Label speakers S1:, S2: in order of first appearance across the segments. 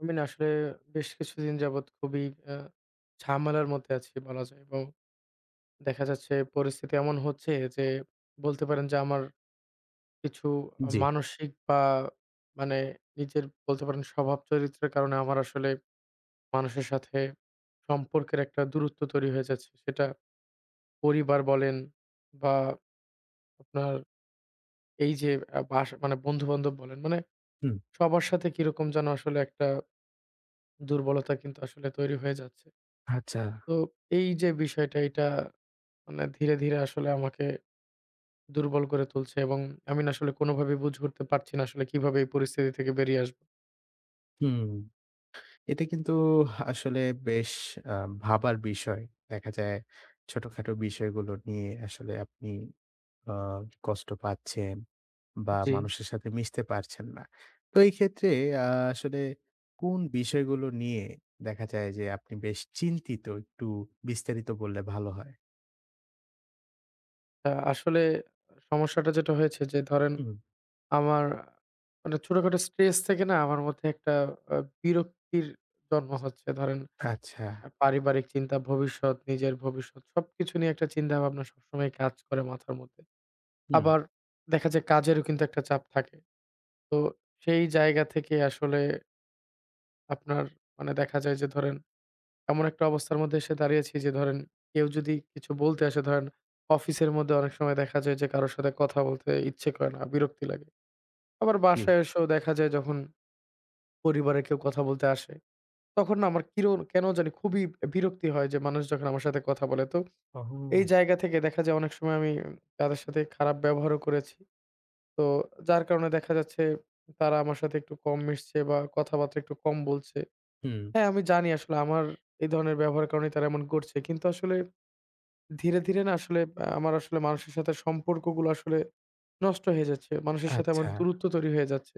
S1: আমি না আসলে বেশ কিছুদিন যাবৎ খুবই আ ঝামেলার মধ্যে আছি বলা যায়, এবং দেখা যাচ্ছে পরিস্থিতি এমন হচ্ছে যে বলতে পারেন যে আমার কিছু
S2: জি,
S1: মানসিক বা মানে নিজের বলতে পারেন স্বভাব চরিত্রের কারণে আমার আসলে মানুষের সাথে সম্পর্কের একটা দূরত্ব তৈরি হয়ে যাচ্ছে। সেটা পরিবার বলেন, বা আপনার এই যে আ বাস মানে বন্ধু-বান্ধব বলেন। মানে
S2: হুম,
S1: সবার সাথে কিরকম যেন আসলে একটা দুর্বলতা কিন্তু আসলে তৈরি হয়ে যাচ্ছে।
S2: আচ্ছা,
S1: তো এই যে বিষয়টা, এটা মানে ধীরে, ধীরে আসলে আমাকে দুর্বল করে তুলছে, এবং আমি না আসলে কোনোভাবেই বুঝে উঠতে পারছি না আসলে কিভাবে এই পরিস্থিতি থেকে বেরিয়ে আসবো।
S2: হুম। এটা কিন্তু আসলে বেশ আ ভাবার বিষয়। দেখা যায় ছোটখাটো বিষয়গুলো নিয়ে আসলে আপনি আ কষ্ট পাচ্ছেন বা
S1: জি।
S2: মানুষের সাথে মিশতে পারছেন না। তো এই ক্ষেত্রে আ আসলে কোন বিষয়গুলো নিয়ে দেখা যায় যে আপনি বেশ চিন্তিত? একটু বিস্তারিত বললে ভালো হয়।
S1: আসলে সমস্যাটা যেটা হয়েছে যে, ধরেন
S2: হুম,
S1: আমার মানে ছোটখাটো স্ট্রেস থেকে না আমার মধ্যে একটা আ বিরক্তির জন্ম হচ্ছে। ধরেন
S2: আচ্ছা,
S1: পারিবারিক চিন্তা, ভবিষ্যৎ, নিজের ভবিষ্যৎ সবকিছু নিয়ে একটা চিন্তাভাবনা সবসময় কাজ করে মাথার মধ্যে।
S2: হুম,
S1: আবার দেখা যায় কাজেরও কিন্তু একটা চাপ থাকে। তো সেই জায়গা থেকে আসলে আপনার মানে দেখা যায় যে, ধরেন এমন একটা অবস্থার মধ্যে এসে দাঁড়িয়েছি যে, ধরেন কেউ যদি কিছু বলতে আসে, ধরেন অফিসের মধ্যে অনেক সময় দেখা যায় যে কারোর সাথে কথা বলতে ইচ্ছে করে না, বিরক্তি লাগে। আবার
S2: জি।
S1: বাসায় এসেও দেখা যায়, যখন পরিবারে কেউ কথা বলতে আসে, তখন না আমার কিরো কেন জানি খুবই বিরক্তি হয় যে, মানুষ যখন আমার সাথে কথা বলে। তো
S2: ওহো!
S1: এই জায়গা থেকে দেখা যায় অনেক সময় আমি তাদের সাথে খারাপ ব্যবহারও করেছি। তো যার কারণে দেখা যাচ্ছে তারা আমার সাথে একটু কম মিশছে, বা কথাবার্তা একটু কম বলছে।
S2: হুম,
S1: হ্যাঁ, আমি জানি আসলে আমার এই ধরনের ব্যবহারের কারণে তারা এমন করছে। কিন্তু আসলে ধীরে, ধীরে না আসলে আমার আসলে মানুষের সাথে সম্পর্কগুলো আসলে নষ্ট হয়ে যাচ্ছে। মানুষের সাথে আমার
S2: আচ্ছা,
S1: দূরত্ব তৈরি হয়ে যাচ্ছে।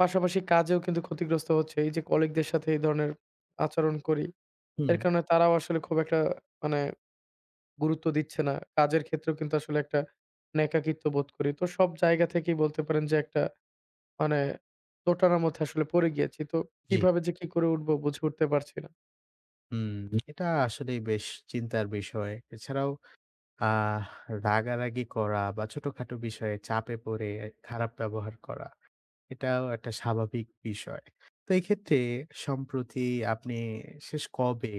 S1: পাশাপাশি কাজেও কিন্তু ক্ষতিগ্রস্ত হচ্ছে। এই যে কলিগদের সাথে এই ধরনের আচরণ করি,
S2: হুম,
S1: এর কারণে তারাও আসলে খুব একটা মানে গুরুত্ব দিচ্ছে না। কাজের ক্ষেত্রেও কিন্তু আসলে একটা মানে একাকিত্ব বোধ করি। তো সব জায়গা থেকেই বলতে পারেন যে একটা মানে দোটানার মধ্যে আসলে পড়ে গিয়েছি। তো
S2: জি।
S1: কিভাবে যে কি করে উঠবো, বুঝে উঠতে পারছি না।
S2: হুম, এটা আসলেই বেশ চিন্তার বিষয়। এছাড়াও আহ রাগারাগি করা বা ছোটখাটো বিষয়ে চাপে পড়ে খারাপ ব্যবহার করা, এটাও একটা স্বাভাবিক বিষয়। তো এক্ষেত্রে সম্প্রতি আপনি শেষ কবে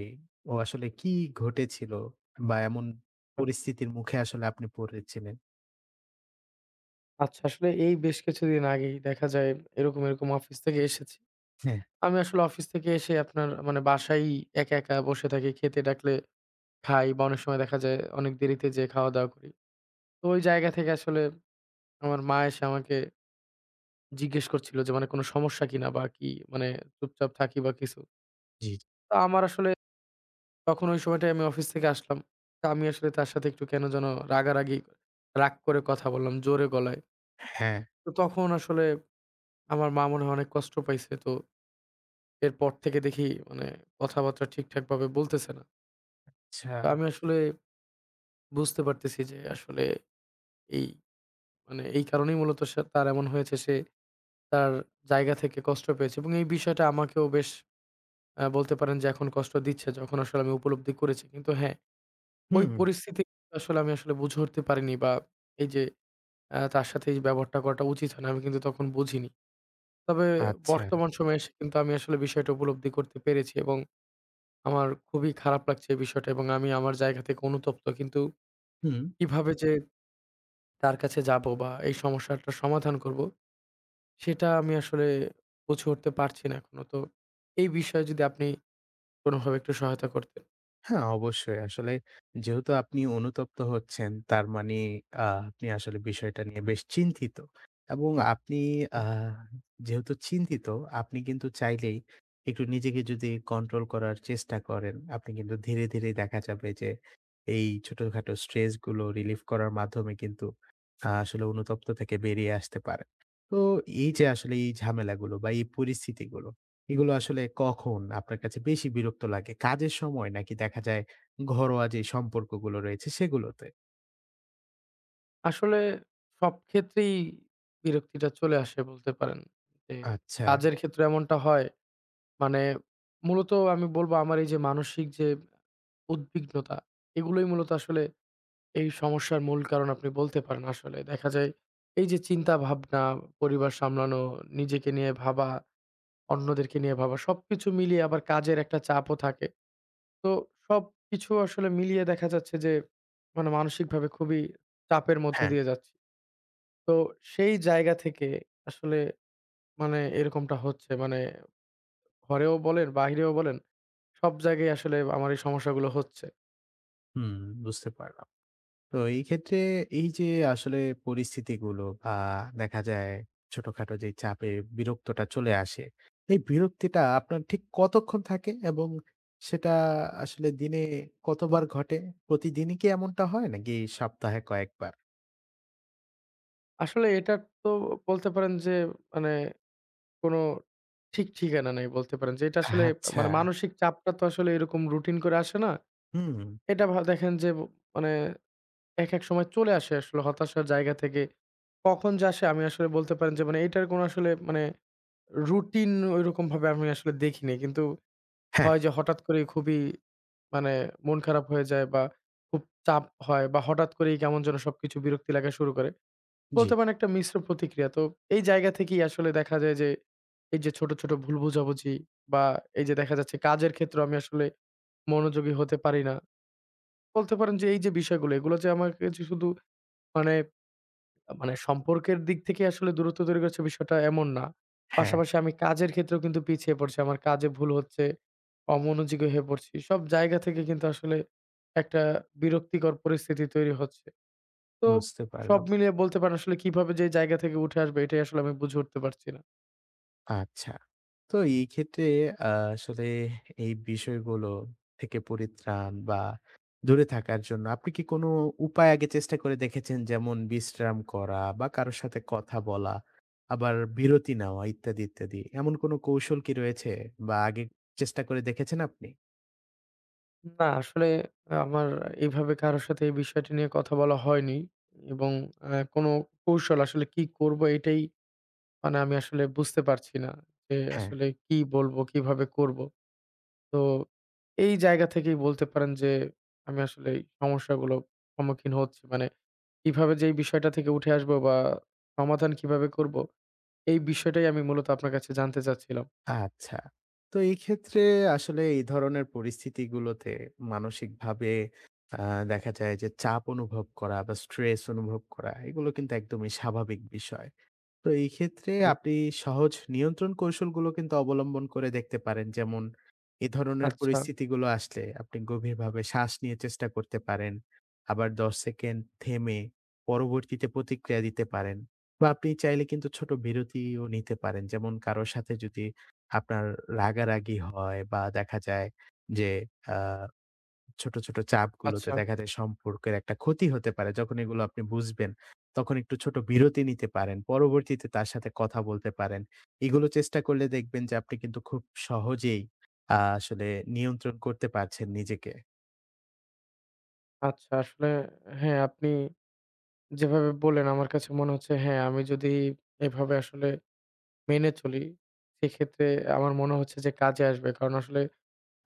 S2: ও আসলে কি ঘটেছিল? বা এমন পরিস্থিতির মুখে আসলে আপনি পড়েছিলেন?
S1: আচ্ছা, আসলে এই বেশ কিছুদিন আগেই দেখা যায় এরকম, এরকম অফিস থেকে এসেছি।
S2: হ্যাঁ,
S1: আমি আসলে অফিস থেকে এসে আপনার মানে বাসায় একা, একা বসে থাকি। খেতে ডাকলে খাই, বা অনেক সময় দেখা যায় অনেক দেরিতে যেয়ে খাওয়া-দাওয়া করি। তো ওই জায়গা থেকে আসলে আমার মা এসে আমাকে জিজ্ঞেস করছিল যে, মানে "কোনো সমস্যা কিনা বা কি মানে চুপচাপ থাকি বা কিছু?"
S2: জি।
S1: তো আমার আসলে তখন ওই সময়টায় আমি অফিস থেকে আসলাম। তো আমি আসলে তার সাথে একটু কেন যেন রাগারাগি রাগ করে কথা বললাম জোরে গলায়।
S2: হ্যাঁ,
S1: তো তখন আসলে আমার মা মনে হয় অনেক কষ্ট পাইছে। তো এরপর থেকে দেখি মানে কথাবার্তা ঠিকঠাকভাবে বলতেছে না। তো
S2: আচ্ছা।
S1: আমি আসলে বুঝতে পারতেছি যে আসলে এই মানে এই কারণেই মূলত সে তার এমন হয়েছে। সে তার জায়গা থেকে কষ্ট পেয়েছে, এবং এই বিষয়টা আমাকেও বেশ বলতে পারেন যে এখন কষ্ট দিচ্ছে, যখন আসলে আমি উপলব্ধি করেছি। কিন্তু হ্যাঁ, ওই
S2: হুম,
S1: পরিস্থিতি আসলে আমি আসলে বুঝে উঠতে পারিনি, বা এই যে তার সাথে এই ব্যবহারটা করাটা উচিত হয় না। আমি কিন্তু তখন বুঝিনি। তবে
S2: আচ্ছা।
S1: বর্তমান সময়ে এসে কিন্তু আমি আসলে বিষয়টা উপলব্ধি করতে পেরেছি, এবং আমার খুবই খারাপ লাগছে এই বিষয়টা, এবং আমি আমার জায়গা থেকে অনুতপ্ত। কিন্তু
S2: হুম।
S1: কিভাবে যে তার কাছে যাবো বা এই সমস্যাটা সমাধান করবো, সেটা আমি আসলে বুঝে উঠতে পারছি না এখনো। তো এই বিষয়ে যদি আপনি কোনোভাবে একটু সহায়তা করতেন।
S2: হ্যাঁ, অবশ্যই। আসলে যেহেতু আপনি অনুতপ্ত হচ্ছেন, তার মানে আপনি আসলে বিষয়টা নিয়ে বেশ চিন্তিত। এবং আপনি আ যেহেতু চিন্তিত, আপনি কিন্তু চাইলেই একটু নিজেকে যদি কন্ট্রোল করার চেষ্টা করেন, আপনি কিন্তু ধীরে, ধীরে দেখা যাবে যে এই ছোটখাটো স্ট্রেস গুলো রিলিফ করার মাধ্যমে কিন্তু আসলে অনুতপ্ত থেকে বেরিয়ে আসতে পারেন। তো এই যে আসলে এই ঝামেলাগুলো বা এই পরিস্থিতিগুলো এগুলো আসলে কখন আপনার কাছে বেশি বিরক্ত লাগে? কাজের সময় নাকি দেখা যায় ঘরোয়া যে সম্পর্কগুলো রয়েছে সেগুলোতে?
S1: আসলে সব ক্ষেত্রেই বিরক্তিটা চলে আসে বলতে পারেন। যে
S2: আচ্ছা।
S1: কাজের ক্ষেত্রে এমনটা হয়, মানে মূলত আমি বলবো আমার এই যে মানসিক যে উদ্বিগ্নতা, এগুলোই মূলত আসলে এই সমস্যার মূল কারণ আপনি বলতে পারেন আসলে। দেখা যায় এই যে চিন্তা ভাবনা, পরিবার সামলানো, নিজেকে নিয়ে ভাবা, অন্যদেরকে নিয়ে ভাবা সবকিছু মিলিয়ে, আবার কাজের একটা চাপও থাকে। তো সবকিছু আসলে মিলিয়ে দেখা যাচ্ছে যে, মানে মানসিকভাবে খুবই চাপের মধ্য
S2: হ্যাঁ,
S1: দিয়ে যাচ্ছি। তো সেই জায়গা থেকে আসলে মানে এরকমটা হচ্ছে। মানে ঘরেও বলেন, বাহিরেও বলেন, সব জায়গায় আসলে আমার এই সমস্যাগুলো হচ্ছে।
S2: হুম, বুঝতে পারলাম। তো এই ক্ষেত্রে এই যে আসলে পরিস্থিতিগুলো বা দেখা যায় ছোটখাটো যে চাপে বিরক্তটা চলে আসে, এই বিরক্তিটা আপনার ঠিক কতক্ষণ থাকে এবং সেটা আসলে দিনে কতবার ঘটে? প্রতিদিনই কি এমনটা হয় নাকি সপ্তাহে কয়েকবার?
S1: আসলে এটা তো বলতে পারেন যে মানে কোনো ঠিক ঠিকানা নেই, বলতে পারেন যে এটা আসলে
S2: আচ্ছা।
S1: মানে মানসিক চাপটা তো আসলে এরকম রুটিন করে আসে না।
S2: হুম।
S1: এটা দেখেন যে, মানে একেক সময় চলে আসে আসলে হতাশার জায়গা থেকে। কখন যে আসে আমি আসলে বলতে পারেন যে, মানে এটার কোনো আসলে মানে রুটিন ঐরকমভাবে আমি আসলে দেখিনি। কিন্তু
S2: হ্যাঁ,
S1: হয় যে হঠাৎ করেই খুবই মানে মন খারাপ হয়ে যায়, বা খুব চাপ হয়, বা হঠাৎ করেই কেমন যেন সবকিছু বিরক্তি লাগা শুরু করে।
S2: জি,
S1: বলতে পারেন একটা মিশ্র প্রতিক্রিয়া। তো এই জায়গা থেকেই আসলে দেখা যায় যে, এই যে ছোট, ছোট ভুল বোঝাবুঝি, বা এই যে দেখা যাচ্ছে কাজের ক্ষেত্রেও আমি আসলে মনোযোগী হতে পারি না। বলতে পারেন যে, এই যে বিষয়গুলো এগুলো যে আমার কাছে শুধু মানে, মানে সম্পর্কের দিক থেকে আসলে দূরত্ব তৈরি করেছে, বিষয়টা এমন না।
S2: হ্যাঁ।
S1: পাশাপাশি আমি কাজের ক্ষেত্রেও কিন্তু পিছিয়ে পড়ছি। আমার কাজে ভুল হচ্ছে, অমনোযোগী হয়ে পড়ছি। সব জায়গা থেকে কিন্তু আসলে একটা বিরক্তিকর পরিস্থিতি তৈরি হচ্ছে। তো
S2: বুঝতে
S1: সব
S2: পারলাম।
S1: মিলিয়ে বলতে পারেন আসলে কিভাবে যে এই জায়গা থেকে উঠে আসবে, এটাই আসলে আমি বুঝে উঠতে পারছি না।
S2: আচ্ছা। তো এই ক্ষেত্রে আ আসলে এই বিষয়গুলো থেকে পরিত্রাণ বা দূরে থাকার জন্য আপনি কি কোনো উপায় আগে চেষ্টা করে দেখেছেন? যেমন বিশ্রাম করা বা কারো সাথে কথা বলা, আবার বিরতি নেওয়া ইত্যাদি, ইত্যাদি। এমন কোনো কৌশল কি রয়েছে বা আগে চেষ্টা করে দেখেছেন আপনি?
S1: না আসলে আমার এইভাবে কারো সাথে এই বিষয়টি নিয়ে কথা বলা হয়নি, এবং আ কোনো কৌশল আসলে কি করব এটাই মানে আমি আসলে বুঝতে পারছি না যে
S2: হ্যাঁ।
S1: আসলে কি বলবো, কিভাবে করব। তো এই জায়গা থেকেই বলতে পারেন যে আমি আসলে এই সমস্যাগুলো সম্মুখীন হচ্ছি। মানে কিভাবে যে এই বিষয়টা থেকে উঠে আসবো বা সমাধান কিভাবে করব, এই বিষয়টাই আমি মূলত আপনার কাছে জানতে চাচ্ছিলাম।
S2: আচ্ছা। তো এই ক্ষেত্রে আসলে এই ধরনের পরিস্থিতিগুলোতে মানসিকভাবে আ দেখা যায় যে চাপ অনুভব করা বা স্ট্রেস অনুভব করা এগুলো কিন্তু একদমই স্বাভাবিক বিষয়। তো এই ক্ষেত্রে আপনি সহজ নিয়ন্ত্রণ কৌশলগুলো কিন্তু অবলম্বন করে দেখতে পারেন। যেমন এ ধরনের
S1: আচ্ছা,
S2: পরিস্থিতিগুলো আসলে আপনি গভীরভাবে শ্বাস নিয়ে চেষ্টা করতে পারেন। আবার ১০ সেকেন্ড থেমে পরবর্তীতে প্রতিক্রিয়া দিতে পারেন। বা আপনি চাইলে কিন্তু ছোট বিরতিও নিতে পারেন। যেমন কারো সাথে যদি আপনার রাগারাগি হয় বা দেখা যায় যে আ ছোট, ছোট চাপগুলোতে
S1: আচ্ছা,
S2: দেখা যায় সম্পর্কের একটা ক্ষতি হতে পারে। যখন এগুলো আপনি বুঝবেন, তখন একটু ছোট বিরতি নিতে পারেন। পরবর্তীতে তার সাথে কথা বলতে পারেন। এগুলো চেষ্টা করলে দেখবেন যে আপনি কিন্তু খুব সহজেই আসলে নিয়ন্ত্রণ করতে পারছেন নিজেকে।
S1: আচ্ছা। আসলে হ্যাঁ, আপনি যেভাবে বললেন, আমার কাছে মনে হচ্ছে হ্যাঁ, আমি যদি এভাবে আসলে মেনে চলি, সেক্ষেত্রে আমার মনে হচ্ছে যে কাজে আসবে। কারণ আসলে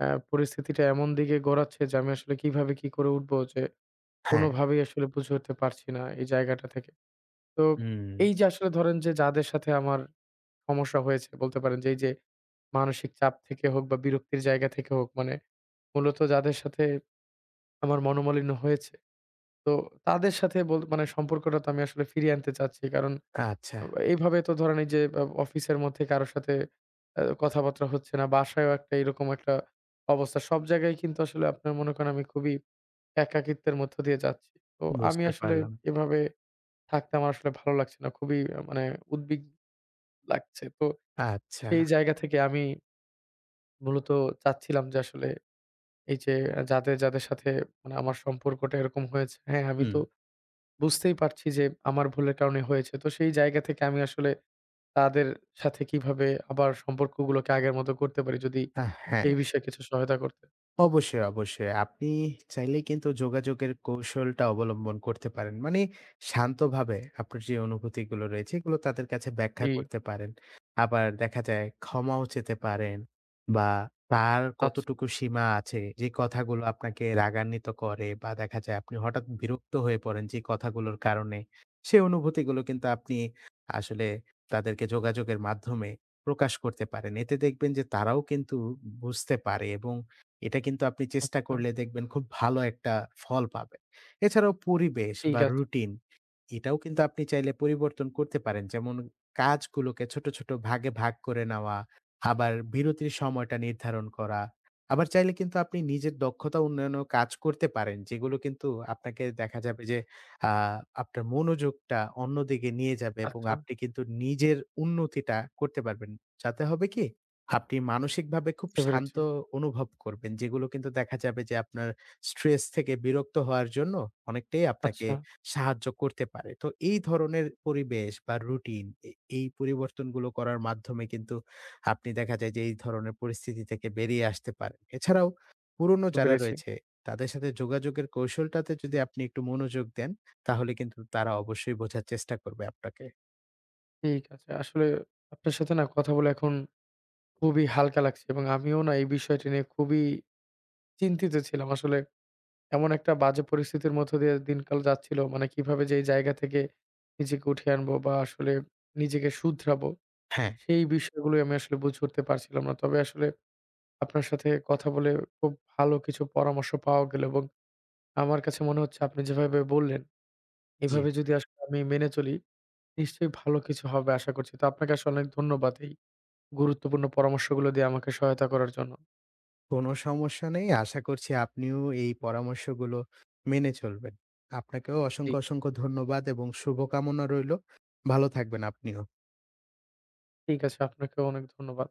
S1: পরিস্থিতিটা এমন দিকে গড়াচ্ছে যে, আমি আসলে কিভাবে কি করে উঠবো যে
S2: হ্যাঁ,
S1: কোনোভাবেই আসলে বুঝে উঠতে পারছি না এই জায়গাটা থেকে। তো
S2: হুম,
S1: এই যে আসলে ধরেন যে, যাদের সাথে আমার সমস্যা হয়েছে, বলতে পারেন যে এই যে মানসিক চাপ থেকে হোক বা বিরক্তির জায়গা থেকে হোক, মানে মূলত যাদের সাথে আমার মনোমালিন্য হয়েছে, তো তাদের সাথে মানে সম্পর্কটা তো আমি আসলে ফিরিয়ে আনতে চাচ্ছি। কারণ
S2: আচ্ছা
S1: আ এইভাবে তো ধরেন এই যে অফিসের মধ্যে কারো সাথে কথাবার্তা হচ্ছে না। বাসায়ও একটা এরকম একটা অবস্থা। সব জায়গায় কিন্তু আসলে আপনার মনে করেন আমি খুবই একাকিত্বের মধ্য দিয়ে যাচ্ছি। তো আমি
S2: বুঝতে
S1: আসলে
S2: পারলাম।
S1: এভাবে থাকতে আমার আসলে ভালো লাগছে না। খুবই মানে উদ্বিগ লাগছে। তো
S2: আচ্ছা,
S1: সেই জায়গা থেকে আমি মূলত চাচ্ছিলাম যে আসলে এই যে যাদের সাথে মানে আমার সম্পর্কটা এরকম হয়েছে, হ্যাঁ, আমি
S2: হুম,
S1: তো বুঝতেই পারছি যে আমার ভুলের কারণে হয়েছে। তো সেই জায়গা থেকে আমি আসলে তাদের সাথে কিভাবে আবার সম্পর্কগুলোকে আগের মতো করতে পারি, যদি
S2: হ্যাঁ।
S1: এই বিষয়ে কিছু সহায়তা করতেন।
S2: অবশ্যই, অবশ্যই। আপনি চাইলেই কিন্তু যোগাযোগের কৌশলটা অবলম্বন করতে পারেন। মানে শান্তভাবে আপনার যে অনুভূতিগুলো রয়েছে, এগুলো তাদের কাছে ব্যাখ্যা
S1: জি,
S2: করতে পারেন। আবার দেখা যায় ক্ষমাও চেতে পারেন বা তার
S1: আচ্ছা,
S2: কতটুকু সীমা আছে, যে কথাগুলো আপনাকে রাগান্বিত করে বা দেখা যায় আপনি হঠাৎ বিরক্ত হয়ে পড়েন যে কথাগুলোর কারণে, সেই অনুভূতিগুলো কিন্তু আপনি আসলে তাদেরকে যোগাযোগের মাধ্যমে প্রকাশ করতে পারেন। এতে দেখবেন যে তারাও কিন্তু বুঝতে পারে এবং এটা কিন্তু আপনি চেষ্টা
S1: আচ্ছা।
S2: করলে দেখবেন খুব ভালো একটা ফল পাবেন। এছাড়াও পরিবেশ
S1: ঠিক
S2: বা
S1: আছে।
S2: রুটিন এটাও কিন্তু আপনি চাইলে পরিবর্তন করতে পারেন। যেমন কাজগুলোকে ছোট, ছোট ভাগে ভাগ করে নেওয়া, আবার বিরতির সময়টা নির্ধারণ করা। আবার চাইলে কিন্তু আপনি নিজের দক্ষতা উন্নয়নেও কাজ করতে পারেন। যেগুলো কিন্তু আপনাকে দেখা যাবে যে আ আপনার মনোযোগটা অন্যদিকে নিয়ে যাবে এবং
S1: আচ্ছা,
S2: আপনি কিন্তু নিজের উন্নতিটা করতে পারবেন। যাতে হবে কি আপনি মানসিকভাবে খুব
S1: বুঝতে
S2: শান্ত
S1: পেরেছি।
S2: অনুভব করবেন। যেগুলো কিন্তু দেখা যাবে যে আপনার স্ট্রেস থেকে বিরক্ত হওয়ার জন্য অনেকটাই আপনাকে
S1: আচ্ছা,
S2: সাহায্য করতে পারে। তো এই ধরনের পরিবেশ বা রুটিন এ এই পরিবর্তনগুলো করার মাধ্যমে কিন্তু আপনি দেখা যায় যে এই ধরনের পরিস্থিতি থেকে বেরিয়ে আসতে পারেন। এছাড়াও পুরনো
S1: বুঝতে
S2: যারা
S1: পেরেছি।
S2: রয়েছে তাদের সাথে যোগাযোগের কৌশলটাতে যদি আপনি একটু মনোযোগ দেন তাহলে কিন্তু তারা অবশ্যই বোঝার চেষ্টা করবে আপনাকে।
S1: ঠিক আছে। আসলে আপনার সাথে না কথা বলে এখন খুবই হালকা লাগছে, এবং আমিও না এই বিষয়টি নিয়ে খুবই চিন্তিত ছিলাম। আসলে এমন একটা বাজে পরিস্থিতির মধ্য দিয়ে দিনকাল যাচ্ছিল। মানে কিভাবে যে এই জায়গা থেকে নিজেকে উঠিয়ে আনবো, বা আসলে নিজেকে শুধরাবো,
S2: হ্যাঁ।
S1: সেই বিষয়গুলোই আমি আসলে বুঝে উঠতে পারছিলাম না। তবে আসলে আপনার সাথে কথা বলে খুব ভালো কিছু পরামর্শ পাওয়া গেল, এবং আমার কাছে মনে হচ্ছে আপনি যেভাবে বললেন,
S2: জি।
S1: এভাবে যদি আসলে আমি মেনে চলি, নিশ্চয়ই ভালো কিছু হবে আশা করছি। তো আপনাকে আসলে অনেক ধন্যবাদ এই গুরুত্বপূর্ণ পরামর্শগুলো দিয়ে আমাকে সহায়তা করার জন্য।
S2: কোনো সমস্যা নেই। আশা করছি আপনিও এই পরামর্শগুলো মেনে চলবেন। আপনাকেও
S1: জি,
S2: অসংখ্য, অসংখ্য ধন্যবাদ এবং শুভকামনা রইলো। ভালো থাকবেন আপনিও।
S1: ঠিক আছে। আপনাকেও অনেক ধন্যবাদ।